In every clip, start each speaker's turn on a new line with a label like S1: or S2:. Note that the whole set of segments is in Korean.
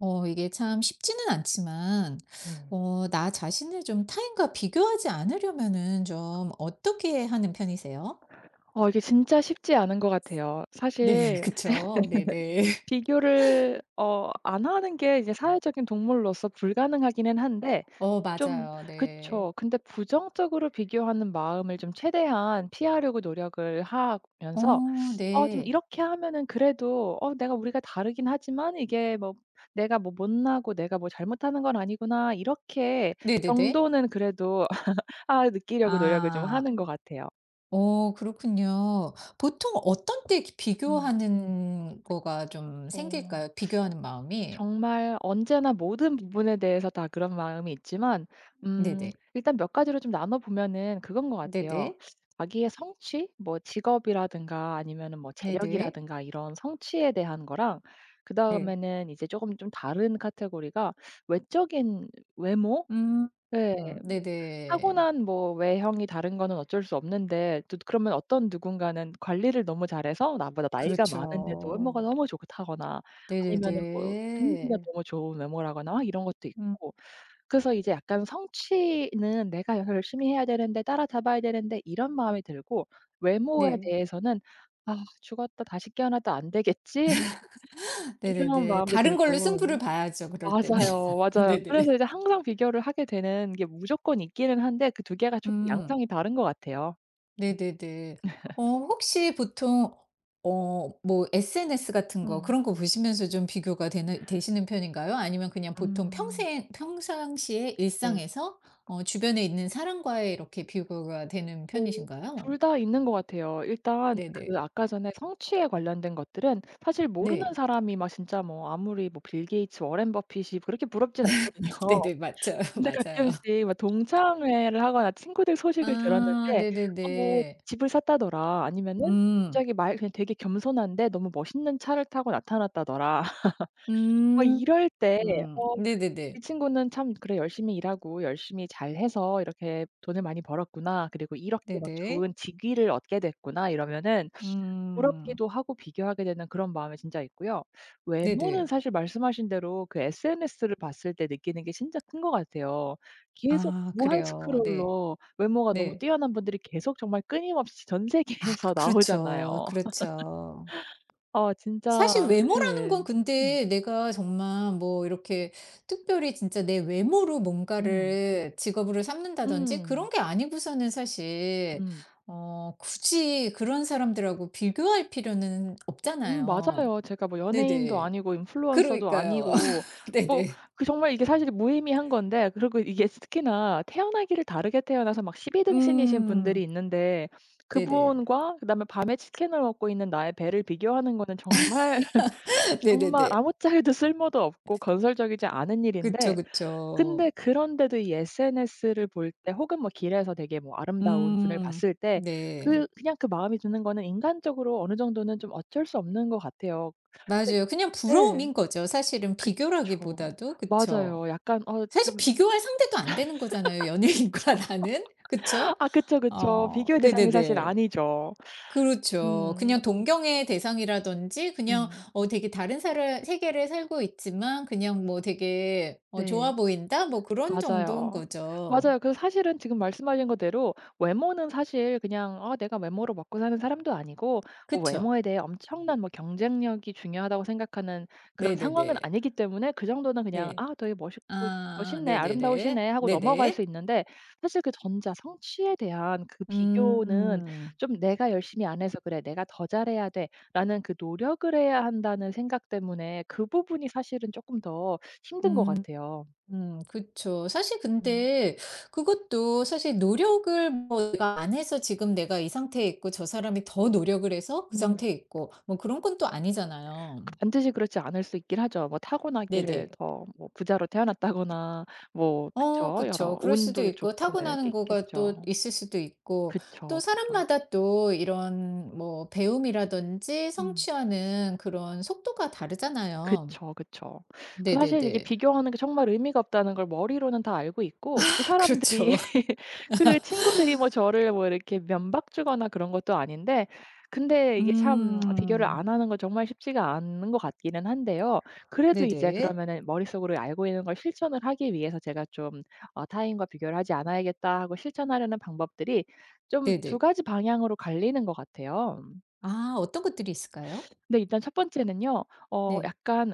S1: 이게 참 쉽지는 않지만,
S2: 네.
S1: 나 자신을 좀 타인과 비교하지 않으려면은 좀 어떻게 하는 편이세요?
S2: 이게 진짜 쉽지 않은 것 같아요.
S1: 네.
S2: 사실
S1: 그쵸. 네네.
S2: 비교를 안 하는 게 이제 사회적인 동물로서 불가능하기는 한데 좀.
S1: 맞아요. 네.
S2: 그쵸. 근데 부정적으로 비교하는 마음을 좀 최대한 피하려고 노력을 하면서
S1: 어,
S2: 좀
S1: 네.
S2: 이렇게 하면은 그래도 어 내가 우리가 다르긴 하지만 이게 뭐 '내가 뭐 못나고 내가 뭐 잘못하는 건 아니구나.' 이렇게
S1: 네네네.
S2: 정도는 그래도 아 느끼려고 노력을 좀
S1: 아,
S2: 하는 것 같아요.
S1: 그렇군요. 보통 어떤 때
S2: 음.
S1: 비교하는 거가 좀
S2: 어.
S1: 생길까요? 비교하는 마음이?
S2: 정말 언제나 모든 부분에 대해서 다 그런 마음이 있지만 음
S1: 네네.
S2: 일단 몇 가지로 좀 나눠 보면은 그건 것 같아요.
S1: 네네.
S2: 자기의 성취, 뭐 직업이라든가 아니면은 뭐
S1: 네네.
S2: 재력이라든가 이런 성취에 대한 거랑
S1: 네.
S2: 그다음에는 이제 조금 좀 다른 카테고리가 외적인 외모?
S1: 음.
S2: 네,
S1: 네네.
S2: 타고난 뭐 외형이 다른 거는 어쩔 수 없는데 또 그러면 어떤 누군가는 관리를 너무 잘해서 나보다 나이가 많은데도 외모가
S1: 그렇죠.
S2: 너무 좋다거나 아니면은 뭐 분위기가
S1: 네네네.
S2: 너무 좋은 외모라거나 이런 것도
S1: 음.
S2: 있고. 그래서 이제 약간 성취는 '내가 열심히 해야 되는데 따라잡아야 되는데.' 이런 마음이 들고 외모에
S1: 네.
S2: 대해서는 '아 죽었다 다시 깨어나도 안 되겠지?' 이런
S1: 네네네.
S2: 마음도
S1: 다른 걸로
S2: 들고.
S1: 승부를 봐야죠, 그럴 때는.
S2: 맞아요, 맞아요. 그래서
S1: 네네.
S2: 이제 항상 비교를 하게 되는 게 무조건 있기는 한데 그 두 개가 조금
S1: 음.
S2: 양상이 다른 것 같아요.
S1: 네네네. 혹시 보통 뭐 SNS 같은 거
S2: 음.
S1: 그런 거 보시면서 좀 비교가 되는 되시는 편인가요? 아니면 그냥 보통
S2: 음.
S1: 평생 평상시에
S2: 네.
S1: 일상에서 주변에 있는 사람과의 이렇게 비교가 되는
S2: 뭐
S1: 편이신가요?
S2: 둘 다 있는 것 같아요. 일단 그
S1: 네네.
S2: 아까 전에 성취에 관련된 것들은 사실 모르는
S1: 네.
S2: 사람이 막 진짜 뭐 아무리 뭐 빌 게이츠, 워렌 버핏이 그렇게 부럽진 않거든요.
S1: 네네. 맞아요.
S2: 근데
S1: 맞아요.
S2: 가끔씩 막 동창회를 하거나 친구들 소식을
S1: 아,
S2: 들었는데 어 뭐
S1: 네네네.
S2: 집을 샀다더라 아니면은
S1: 음.
S2: 갑자기 말 그냥 되게 겸손한데 너무 멋있는 차를 타고 나타났다더라. 어
S1: 음.
S2: 이럴 때
S1: 음.
S2: 어
S1: 네네네.
S2: '이 친구는 참 그래 열심히 일하고 열심히 잘해서 이렇게 돈을 많이 벌었구나. 그리고 이렇게 막
S1: 네네.
S2: 좋은 직위를 얻게 됐구나.' 이러면은
S1: 음.
S2: 부럽기도 하고 비교하게 되는 그런 마음이 진짜 있고요. 외모는
S1: 네네.
S2: 사실 말씀하신 대로 그 SNS를 봤을 때 느끼는 게 진짜 큰 것 같아요. 계속
S1: 아,
S2: 무한
S1: 그래요. 네.
S2: 스크롤로 외모가 너무
S1: 네.
S2: 뛰어난 분들이 계속 정말 끊임없이 전
S1: 아,
S2: 세계에서
S1: 그렇죠.
S2: 나오잖아요.
S1: 그렇죠.
S2: 어
S1: 사실
S2: 진짜
S1: 외모라는 건
S2: 예. 음.
S1: 근데 내가 정말 뭐 이렇게 특별히 진짜 내 외모로
S2: 음.
S1: 뭔가를 직업으로 삼는다든지 그런
S2: 음.
S1: 게 아니고서는 사실
S2: 음.
S1: 굳이 그런 사람들하고 비교할 필요는 없잖아요.
S2: 맞아요. 제가 뭐 연예인도
S1: 네네.
S2: 아니고 인플루언서도
S1: 그러니까요.
S2: 아니고 뭐
S1: 네네.
S2: 그 정말 이게 사실 무의미한 건데, 그리고 이게 특히나 태어나기를 다르게 태어나서 막 12 등신이신 분들이
S1: 음.
S2: 있는데
S1: 네네.
S2: 그분과 그다음에 밤에 치킨을 먹고 있는 나의 배를 비교하는 거는 정말, 정말
S1: 네네네.
S2: 아무짝에도 쓸모도 없고 건설적이지 않은
S1: 그쵸,
S2: 일인데. 근데
S1: 그쵸.
S2: 그런데도 이 SNS를 볼 때 혹은 뭐 길에서 되게 뭐 아름다운 분을
S1: 음.
S2: 봤을 때
S1: 네.
S2: 그 그냥 그 마음이 드는 거는 인간적으로 어느 정도는 좀 어쩔 수 없는 것 같아요. 네.
S1: 맞아요. 그냥
S2: 예.
S1: 부러움인 거죠. 사실은
S2: 그쵸.
S1: 비교라기보다도. 그쵸.
S2: 맞아요. 약간
S1: 사실
S2: 좀.
S1: 비교할 상대도 안 되는 거잖아요, 연예인과 나는. 그쵸?
S2: 아 그쵸, 그쵸. 비교의 대상이 사실
S1: 네네네.
S2: 아니죠.
S1: 그렇죠. 그냥
S2: 음.
S1: 동경의 대상이라든지 그냥
S2: 음.
S1: 되게 다른 사람 세계를 살고 있지만 그냥 뭐 되게
S2: 네.
S1: '좋아 보인다.' 뭐 그런 정도인
S2: 맞아요.
S1: 거죠.
S2: 맞아요. 그래서 사실은 지금 말씀하신 거대로 외모는 사실 그냥 아 내가 외모로 먹고 사는 사람도 아니고 뭐
S1: 그쵸.
S2: 외모에 대해 엄청난 뭐 경쟁력이 중요하다고 생각하는 그런 상황은
S1: 네네네.
S2: 아니기 때문에 그 정도는 그냥
S1: 네.
S2: '아 되게 멋있고
S1: 아,
S2: 멋있네.
S1: 네네네.
S2: 아름다우시네.' 하고 넘어갈 수
S1: 네네.
S2: 있는데, 사실 그 전자 성취에 대한 그 비교는
S1: 음.
S2: 좀 '내가 열심히 안 해서 그래. 내가 더 잘해야 돼.'라는 그 '노력을 해야 한다.'는 생각 때문에 그 부분이 사실은 조금 더 힘든 것
S1: 음.
S2: 같아요.
S1: 음. 그쵸. 사실
S2: 음.
S1: 근데 그것도 사실 노력을 뭐 내가 안 해서 지금 내가 이 상태에 있고 저 사람이 더 노력을 해서 그
S2: 음.
S1: 상태에 있고 뭐 그런 건 또 아니잖아요.
S2: 반드시 그렇지 않을 수 있긴 하죠. 뭐 타고나기를
S1: 네네.
S2: 더 뭐 부자로 태어났다거나 뭐 그쵸. 여러
S1: 그쵸. 그럴 수도
S2: 운도
S1: 있고
S2: 좋고 뭐 이런 게
S1: 타고나는 거가 또
S2: 있겠죠.
S1: 있을 수도 있고
S2: 그쵸,
S1: 또
S2: 그쵸.
S1: 사람마다 또 이런 뭐 배움이라든지
S2: 음.
S1: 성취하는 그런 속도가 다르잖아요.
S2: 그쵸, 그쵸. 그 사실 이게
S1: 네네네.
S2: 비교하는 게 정말 의미가 없다는 걸 머리로는 다 알고 있고 그 사람들이
S1: 그렇죠.
S2: 그 친구들이 뭐 저를 뭐 이렇게 면박 주거나 그런 것도 아닌데 근데 이게 참 비교를
S1: 음.
S2: 안 하는 건 정말 쉽지가 않은 것 같기는 한데요. 그래도 이제
S1: 네네.
S2: 그러면은 머릿속으로 알고 있는 걸 실천을 하기 위해서 제가 좀 어 '타인과 비교를 하지 않아야겠다.' 하고 실천하려는 방법들이 좀 두
S1: 네네.
S2: 가지 방향으로 갈리는 것 같아요.
S1: 아, 어떤 것들이 있을까요?
S2: 근데 일단 첫 번째는요.
S1: 네.
S2: 약간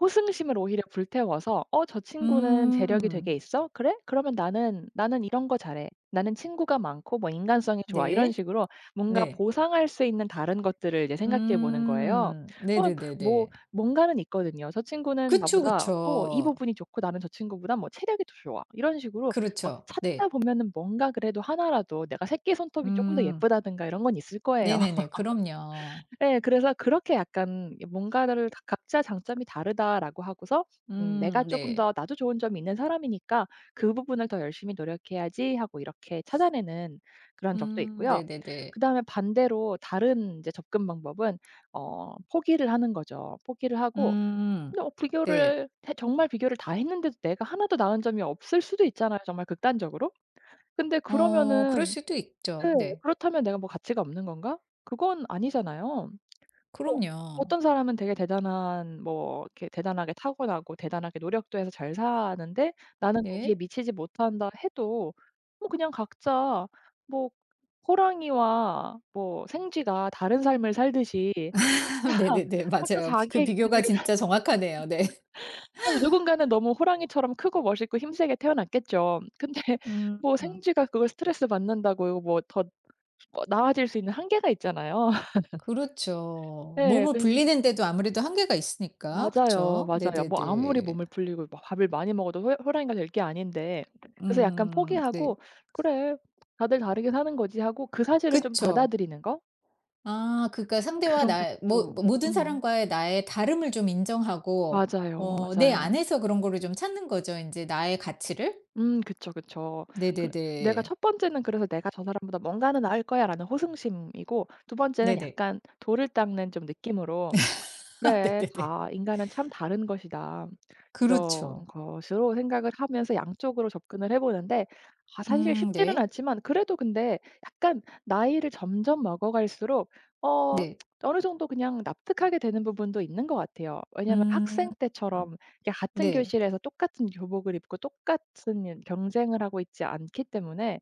S2: 호승심을 오히려 불태워서 '어 저 친구는 재력이 되게
S1: 음.
S2: 있어? 그래? 그러면 나는 이런 거 잘해. 나는 친구가 많고 뭐 인간성이 좋아.' 이런
S1: 네.
S2: 식으로 뭔가
S1: 네.
S2: 보상할 수 있는 다른 것들을 이제 생각해 보는 거예요.
S1: 음.
S2: 그럼 뭐
S1: 네네네네.
S2: 뭔가는 있거든요. '저 친구는
S1: 그쵸,
S2: 나보다 어 이
S1: 그쵸.
S2: 부분이 좋고 나는 저 친구보다 뭐 체력이 더 좋아.' 이런 식으로 뭐
S1: 그렇죠.
S2: 찾다
S1: 네.
S2: 보면은 뭔가 그래도 하나라도 내가 새끼 손톱이 조금 더
S1: 음.
S2: 예쁘다든가 이런 건 있을 거예요.
S1: 네네네. 그럼요.
S2: 예. 그래서 그렇게 약간 뭔가를 다 '각자 장점이 다르다.'라고 하고서 '내가
S1: 음.
S2: 쪼끔
S1: 네.
S2: 더 나도 좋은 점이 있는 사람이니까 그 부분을 더 열심히 노력해야지.' 하고 이렇게 찾아내는 그런 적도
S1: 음.
S2: 있고요.
S1: 네네네.
S2: 그다음에 반대로 다른 이제 접근 방법은 어 포기를 하는 거죠. 포기를 하고
S1: 음.
S2: 근데 어
S1: 네.
S2: 비교를 해 정말 비교를 다 했는데도 내가 하나도 나은 점이 없을 수도 있잖아요 정말 극단적으로. 근데
S1: 그럴
S2: 그러면은
S1: 수도
S2: 네.
S1: 있죠. 네.
S2: 그렇다면 '내가 뭐 가치가 없는 건가?' 그건 아니잖아요. 뭐
S1: 그럼요.
S2: 어떤 사람은 되게 대단한 뭐 이렇게 대단하게 타고나고 대단하게 노력도 해서 잘 사는데 나는 거기에
S1: 네.
S2: 미치지 못한다 해도 뭐 그냥 각자 뭐 호랑이와 뭐 생쥐가 다른 삶을 살듯이
S1: 네네네.
S2: 각자
S1: 맞아요. 그
S2: 자기의
S1: 비교가
S2: 길을
S1: 진짜 정확하네요. 네.
S2: 어 누군가는 너무 호랑이처럼 크고 멋있고 힘세게 태어났겠죠. 근데
S1: 음.
S2: 뭐 생쥐가 그걸 스트레스 받는다고 뭐 더 뭐 나아질 수 있는 한계가 있잖아요.
S1: 그렇죠.
S2: 네,
S1: 몸을
S2: 근
S1: 불리는 데도 아무래도 한계가 있으니까.
S2: 맞아요,
S1: 그쵸.
S2: 맞아요. 뭐 아무리
S1: 네네네.
S2: 몸을 불리고 막 밥을 많이 먹어도 호 호랑이가 될 게 아닌데 그래서 약간
S1: 음. 네.
S2: 포기하고 '그래 다들 다르게 사는 거지.' 하고 그 사실을 좀
S1: 그쵸.
S2: 받아들이는 거?
S1: 아, 그러니까 상대와
S2: 그런
S1: 나모
S2: 것도
S1: 모든
S2: 음
S1: 사람과의 나의 다름을 좀 인정하고
S2: 맞아요,
S1: 내
S2: 맞아요.
S1: 안에서 그런 거를 좀 찾는 거죠. 이제 나의 가치를.
S2: 그쵸, 그쵸. 그래 내가
S1: 네네네.
S2: 첫 번째는 그래서 '내가 저 사람보다 뭔가는 나을 거야.'라는 호승심이고 두 번째는
S1: 네네.
S2: 약간 돌을 닦는 좀 느낌으로 그래.
S1: 네네네.
S2: 다 인간은 참 다른 것이다. 이런
S1: 그렇죠.
S2: 것으로 생각을 하면서 양쪽으로 접근을 해 보는데 아 사실
S1: 음.
S2: 쉽지는
S1: 네.
S2: 않지만 그래도 근데 약간 나이를 점점 먹어갈수록 어
S1: 네.
S2: 어느 정도 그냥 납득하게 되는 부분도 있는 것 같아요. 왜냐하면
S1: 음.
S2: 학생 때처럼 이게 같은
S1: 네.
S2: 교실에서 똑같은 교복을 입고 똑같은 경쟁을 하고 있지 않기 때문에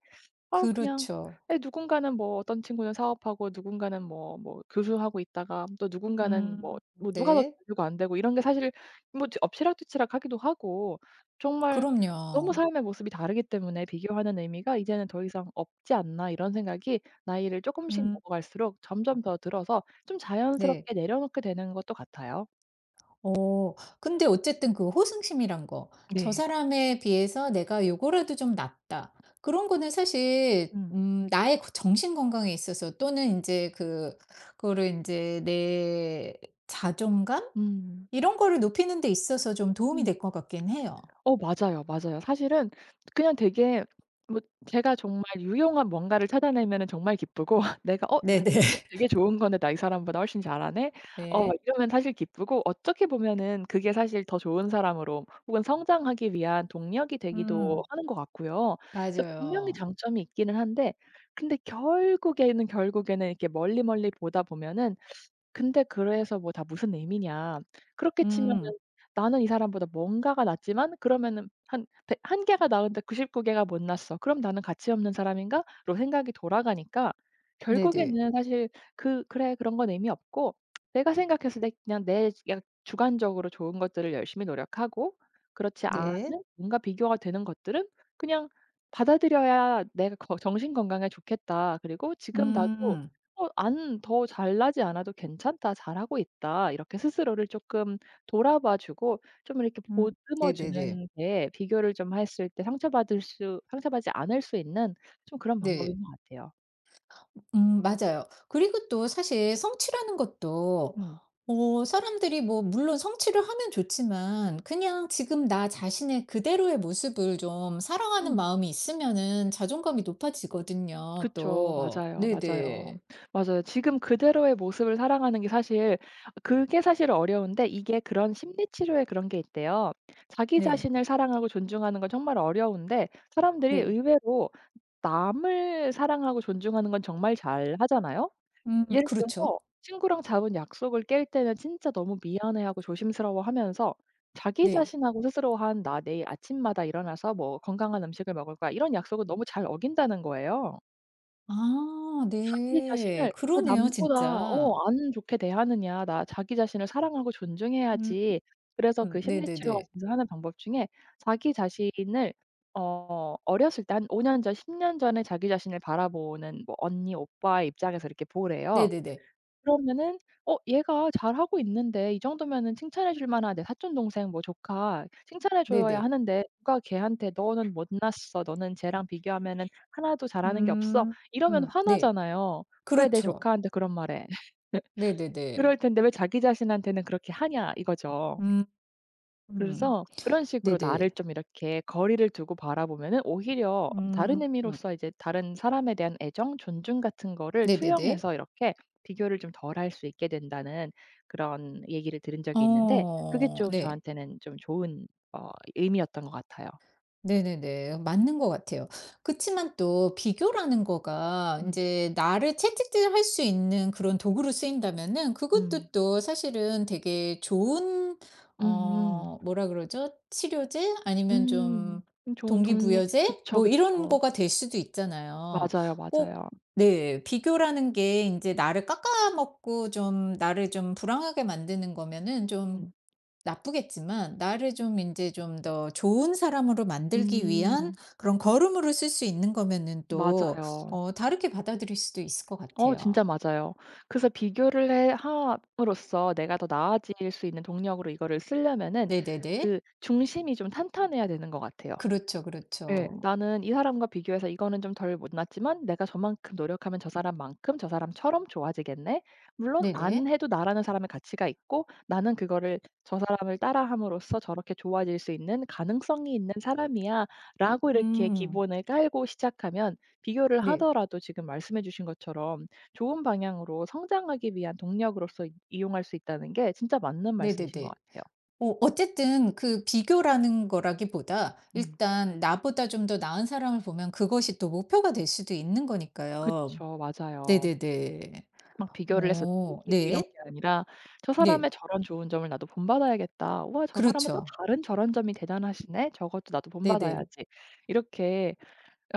S2: 아 그냥
S1: 그렇죠.
S2: 에, 누군가는 뭐 어떤 친구는 사업하고 누군가는 뭐 뭐 교수하고 있다가 또 누군가는
S1: 음.
S2: 뭐 뭐 누가 더
S1: 네.
S2: 잘 되고 안 되고 이런 게 사실 뭐 엎 엎치락뒤치락하기도 하고 정말 너무
S1: 그럼요.
S2: 삶의 모습이 다르기 때문에 비교하는 의미가 이제는 더 이상 없지 않나 이런 생각이 나이를 조금씩
S1: 음.
S2: 먹어갈수록 점점 더 들어서 좀
S1: 네.
S2: 자연스럽게 내려놓게 되는 것도 같아요.
S1: 어 근데 어쨌든 그 호승심이란 거, '저
S2: 네.
S1: 사람에 비해서 내가 요거라도 좀 낫다.' 그런 거는 사실
S2: 음.
S1: 나의 그 정신 건강에 있어서 또는 이제 그 그거를 이제 내 자존감 이런 거를 높이는 데 있어서 좀 도움이 될
S2: 음.
S1: 것 같긴 해요.
S2: 어 맞아요, 맞아요. 사실은 그냥 되게 뭐 제가 정말 유용한 뭔가를 찾아내면은 정말 기쁘고 내가 '어 나
S1: 네네.
S2: 이거 되게 좋은 건데 나 이 사람보다 훨씬 잘하네.' 어 막
S1: 네.
S2: 이러면 사실 기쁘고 어떻게 보면은 그게 사실 더 좋은 사람으로 혹은 성장하기 위한 동력이 되기도
S1: 음,
S2: 하는 것 같고요. 그래서 분명히
S1: 맞아요.
S2: 장점이 있기는 한데 근데 결국에는, 결국에는 이렇게 멀리 멀리 보다 보면은 근데 그래서 뭐 다 무슨 의미냐. 그렇게 치면은
S1: 음.
S2: 나는 이 사람보다 뭔가가 낫지만 그러면은 한 백 한 개가 나은데 99 개가 못 낫어. '그럼 나는 가치 없는 사람인가?'로 생각이 돌아가니까
S1: 네네.
S2: 결국에는 사실 그 '그래. 그런 건 의미 없고 내가 생각했을 때 그냥 내 그냥 주관적으로 좋은 것들을 열심히 노력하고 그렇지 않은
S1: 네.
S2: 뭔가 비교가 되는 것들은 그냥 받아들여야 내가 거 정신 건강에 좋겠다. 그리고 지금 나도
S1: 음.
S2: 어 안 더 잘나지 않아도 괜찮다. 잘하고 있다.' 이렇게 스스로를 조금 돌아봐 주고 좀 이렇게
S1: 음.
S2: 보듬어
S1: 네네네.
S2: 주는 게 비교를 좀 했을 때 상처받을 수 상처받지 않을 수 있는 좀 그런
S1: 네.
S2: 방법인 것 같아요.
S1: 음, 맞아요. 그리고 또 사실 성취라는 것도
S2: 음.
S1: 사람들이 뭐 물론 성취를 하면 좋지만 그냥 지금 나 자신의 그대로의 모습을 좀 사랑하는
S2: 음.
S1: 마음이 있으면은 자존감이 높아지거든요
S2: 그쵸.
S1: 또.
S2: 맞아요, 맞아요.
S1: 네네.
S2: 맞아요. 지금 그대로의 모습을 사랑하는 게 사실 그게 사실 어려운데 이게 그런 심리 치료에 그런 게 있대요. 자기
S1: 네.
S2: 자신을 사랑하고 존중하는 건 정말 어려운데 사람들이
S1: 네.
S2: 의외로 남을 사랑하고 존중하는 건 정말 잘하잖아요.
S1: 음.
S2: 예를 들어서
S1: 그렇죠.
S2: 친구랑 잡은 약속을 깰 때는 진짜 너무 미안해하고 조심스러워하면서 자기
S1: 네.
S2: 자신하고 스스로 한 "나 내일 아침마다 일어나서 뭐 건강한 음식을 먹을 거야." 이런 약속은 너무 잘 어긴다는 거예요.
S1: 아,
S2: 자기
S1: 네.
S2: 자신을 왜
S1: 그러네요
S2: 남보다
S1: 진짜.
S2: 어 안 좋게 대하느냐. 나 자기 자신을 사랑하고
S1: 음.
S2: 존중해야지. 그래서 그 심리 치료가
S1: 네네네.
S2: 진짜 하는 방법 중에 자기 자신을 어 어렸을 때 한 5년 전, 10년 전에 자기 자신을 바라보는 뭐 언니, 오빠의 입장에서 이렇게 보래요.
S1: 네네네.
S2: 그러면은 '어 얘가 잘하고 있는데 이 정도면은 칭찬해 줄 만한 내 사촌 동생 뭐 조카 칭찬해 줘야
S1: 네네.
S2: 하는데 누가 걔한테 '너는 못났어. 너는 쟤랑 비교하면은 하나도 잘하는 게 없어.'
S1: 음.
S2: 이러면
S1: 음. 네.
S2: 화나잖아요. '왜 내
S1: 그렇죠.
S2: 조카한테 그런 말해?' 그럴
S1: 네네네.
S2: 텐데 왜 자기 자신한테는 그렇게 하냐 이거죠.
S1: 음. 음.
S2: 그래서 그런 식으로 나를
S1: 네네.
S2: 좀 이렇게 거리를 두고 바라보면은 오히려 다른
S1: 음.
S2: 의미로서 이제 다른 사람에 대한 애정, 존중 같은 거를
S1: 네네네.
S2: 투영해서 이렇게 비교를 좀 덜 할 수 있게 된다는 그런 얘기를 들은 적이 있는데 그게
S1: 어.
S2: 좀
S1: 네.
S2: 저한테는 좀 좋은 어 의미였던 것 같아요.
S1: 네네네. 맞는 것 같아요. 그치만 또 비교라는 거가
S2: 음.
S1: 인제 나를 채찍질할 수 있는 그런 도구로 쓰인다면은
S2: 음.
S1: 그것도 또 사실은 되게 좋은,
S2: 음음.
S1: 뭐라 그러죠? 치료제 아니면
S2: 음.
S1: 좀
S2: 좋은 독립
S1: 동기부여제
S2: 그쵸,
S1: 뭐 이런
S2: 그쵸.
S1: 거가 될 수도 있잖아요.
S2: 맞아요,
S1: 꼭.
S2: 맞아요.
S1: 네. 비교라는 게 인제 나를 깎아먹고 좀 나를 좀 불행하게 만드는 거면은 좀
S2: 음.
S1: 나쁘겠지만 나를 좀 이제 좀 더 좋은 사람으로 만들기 위한
S2: 음.
S1: 그런 걸음으로 쓸 수 있는 거면은 또
S2: 맞아요.
S1: 다르게 받아들일 수도 있을 것
S2: 어 진짜
S1: 같아요.
S2: 맞아요. 그래서 비교를 해 함으로써 내가 더 나아질 수 있는 동력으로 이거를 쓰려면은
S1: 네네네.
S2: 그 중심이 좀 탄탄해야 되는 것 같아요.
S1: 그렇죠, 그렇죠.
S2: 예. '나는 이 사람과 비교해서 이거는 좀 덜 못났지만 내가 저만큼 노력하면 저 사람만큼 저 사람처럼 좋아지겠네. 물론 안
S1: 네네.
S2: 해도 나라는 사람의 가치가 있고 나는 그거를 저 사람을 따라함으로써 저렇게 좋아질 수 있는 가능성이 있는 사람이야.'라고 이렇게
S1: 음.
S2: 기본을 깔고 시작하면 비교를
S1: 네.
S2: 하더라도 지금 말씀해 주신 것처럼 좋은 방향으로 성장하기 위한 동력으로서 이 이용할 수 있다는 게 진짜 맞는 말씀이신 것
S1: 네네네.
S2: 같아요.
S1: 어쨌든 그 비교라는 거라기보다
S2: 음.
S1: 일단 나보다 좀 더 나은 사람을 보면 그것이 또 목표가 될 수도 있는 거니까요.
S2: 그쵸. 맞아요.
S1: 네네네.
S2: 막 비교를 해서 이기고 이런
S1: 네.
S2: 게 아니라 '저
S1: 네.
S2: 사람의 저런 좋은 점을 나도 본받아야겠다. 우와 저 사람은 또
S1: 그렇죠.
S2: 다른 저런 점이 대단하시네. 저것도 나도
S1: 네네.
S2: 본받아야지.' 이렇게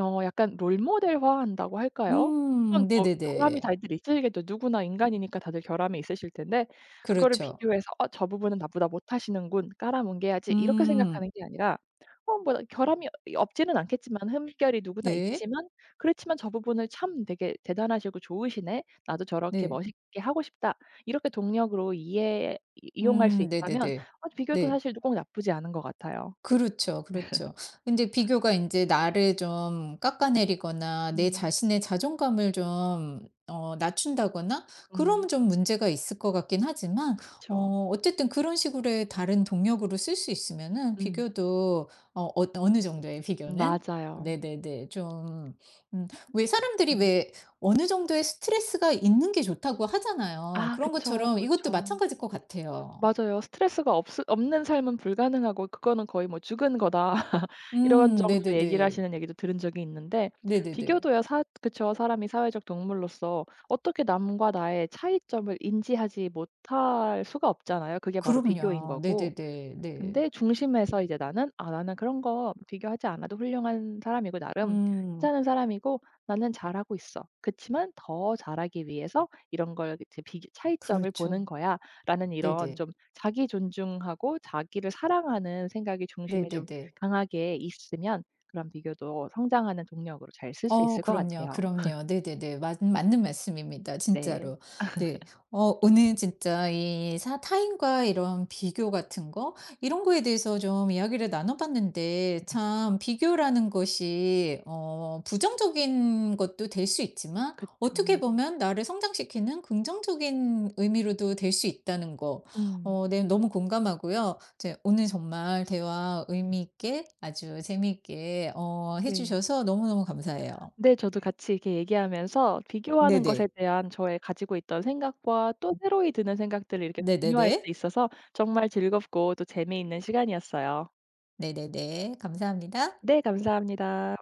S2: 어 약간 롤모델화한다고 할까요? 물론
S1: 음.
S2: 뭐 결함이
S1: 네네네.
S2: 다들 있으시겠죠. 누구나 인간이니까 다들 결함이 있으실 텐데 그거를
S1: 그렇죠.
S2: 비교해서 '어 저 부분은 나보다 못하시는군. 깔아뭉개야지.' 이렇게
S1: 음.
S2: 생각하는 게 아니라 어 뭐 결함이 없지는 않겠지만 흠결이 누구나
S1: 네.
S2: 있지만 그렇지만 '저 부분을 참 되게 대단하시고 좋으시네. 나도 저렇게
S1: 네.
S2: 멋있게 하고 싶다.' 이렇게 동력으로 이해 이 이용할 수
S1: 음.
S2: 있다면
S1: 네네네.
S2: 어 비교도
S1: 네.
S2: 사실 꼭 나쁘지 않은 것 같아요.
S1: 그렇죠, 그렇죠. 근데 비교가 이제 나를 좀 깎아내리거나 내
S2: 음.
S1: 자신의 자존감을 좀 낮춘다거나 그러면
S2: 음.
S1: 좀 문제가 있을 것 같긴 하지만
S2: 그쵸.
S1: 어쨌든 그런 식으로의 다른 동력으로 쓸 수 있으면은
S2: 음.
S1: 비교도 어느 정도의 비교는
S2: 맞아요.
S1: 네네네. 좀 음 왜 사람들이
S2: 음.
S1: 왜 어느 정도의 스트레스가 있는 게 좋다고 하잖아요.
S2: 아
S1: 그런
S2: 그쵸,
S1: 것처럼 이것도
S2: 그쵸.
S1: 마찬가지일 것 같아요.
S2: 맞아요. 스트레스가 없으 없는 삶은 불가능하고 그거는 거의 뭐 "죽은 거다." 이런
S1: 음.
S2: 정도로 얘기를
S1: 네네네.
S2: 하시는 얘기도 들은 적이 있는데
S1: 네네네.
S2: 비교도요 사 그쵸. 사람이 사회적 동물로서 어떻게 남과 나의 차이점을 인지하지 못할 수가 없잖아요. 그게 바로 비교인
S1: 그럼요.
S2: 거고.
S1: 네네네. 네.
S2: 근데 중심에서 이제 나는 '아 나는 그런 거 비교하지 않아도 훌륭한 사람이고 나름
S1: 음.
S2: 괜찮은 사람이고 나는 잘하고 있어. 그치만 더 잘하기 위해서 이런 걸 이제 비교 차이점을 보는
S1: 그렇죠.
S2: 거야.'라는 이런
S1: 네네.
S2: 좀 자기 존중하고 자기를 사랑하는 생각이 중심에 좀
S1: 네네네.
S2: 강하게 있으면 그런 비교도 성장하는 동력으로 잘 쓸 수 있을 것
S1: 그럼요,
S2: 같아요.
S1: 그럼요. 네네네. 맞 맞는 말씀입니다
S2: 네.
S1: 진짜로. 네. 오늘 진짜 이 사 타인과 이런 비교 같은 거, 이런 거에 대해서 좀 이야기를 나눠 봤는데
S2: 네.
S1: 참 비교라는 것이 부정적인 것도 될 수 있지만 어떻게
S2: 그쵸.
S1: 보면 나를 성장시키는 긍정적인 의미로도 될 수 있다는 거,
S2: 음.
S1: 네. 너무 공감하고요. 이제 오늘 정말 대화
S2: 음.
S1: 의미 있게 아주 재미있게 해
S2: 네.
S1: 주셔서 너무너무 감사해요.
S2: 네. 저도 같이 이렇게 얘기하면서 비교하는 것에
S1: 네네.
S2: 대한 저의 가지고 있던 생각과 또 새로이 드는 생각들을 이렇게
S1: 네네네.
S2: 공유할 수 있어서 정말 즐겁고 또 재미있는 시간이었어요.
S1: 네네네. 감사합니다.
S2: 네. 감사합니다.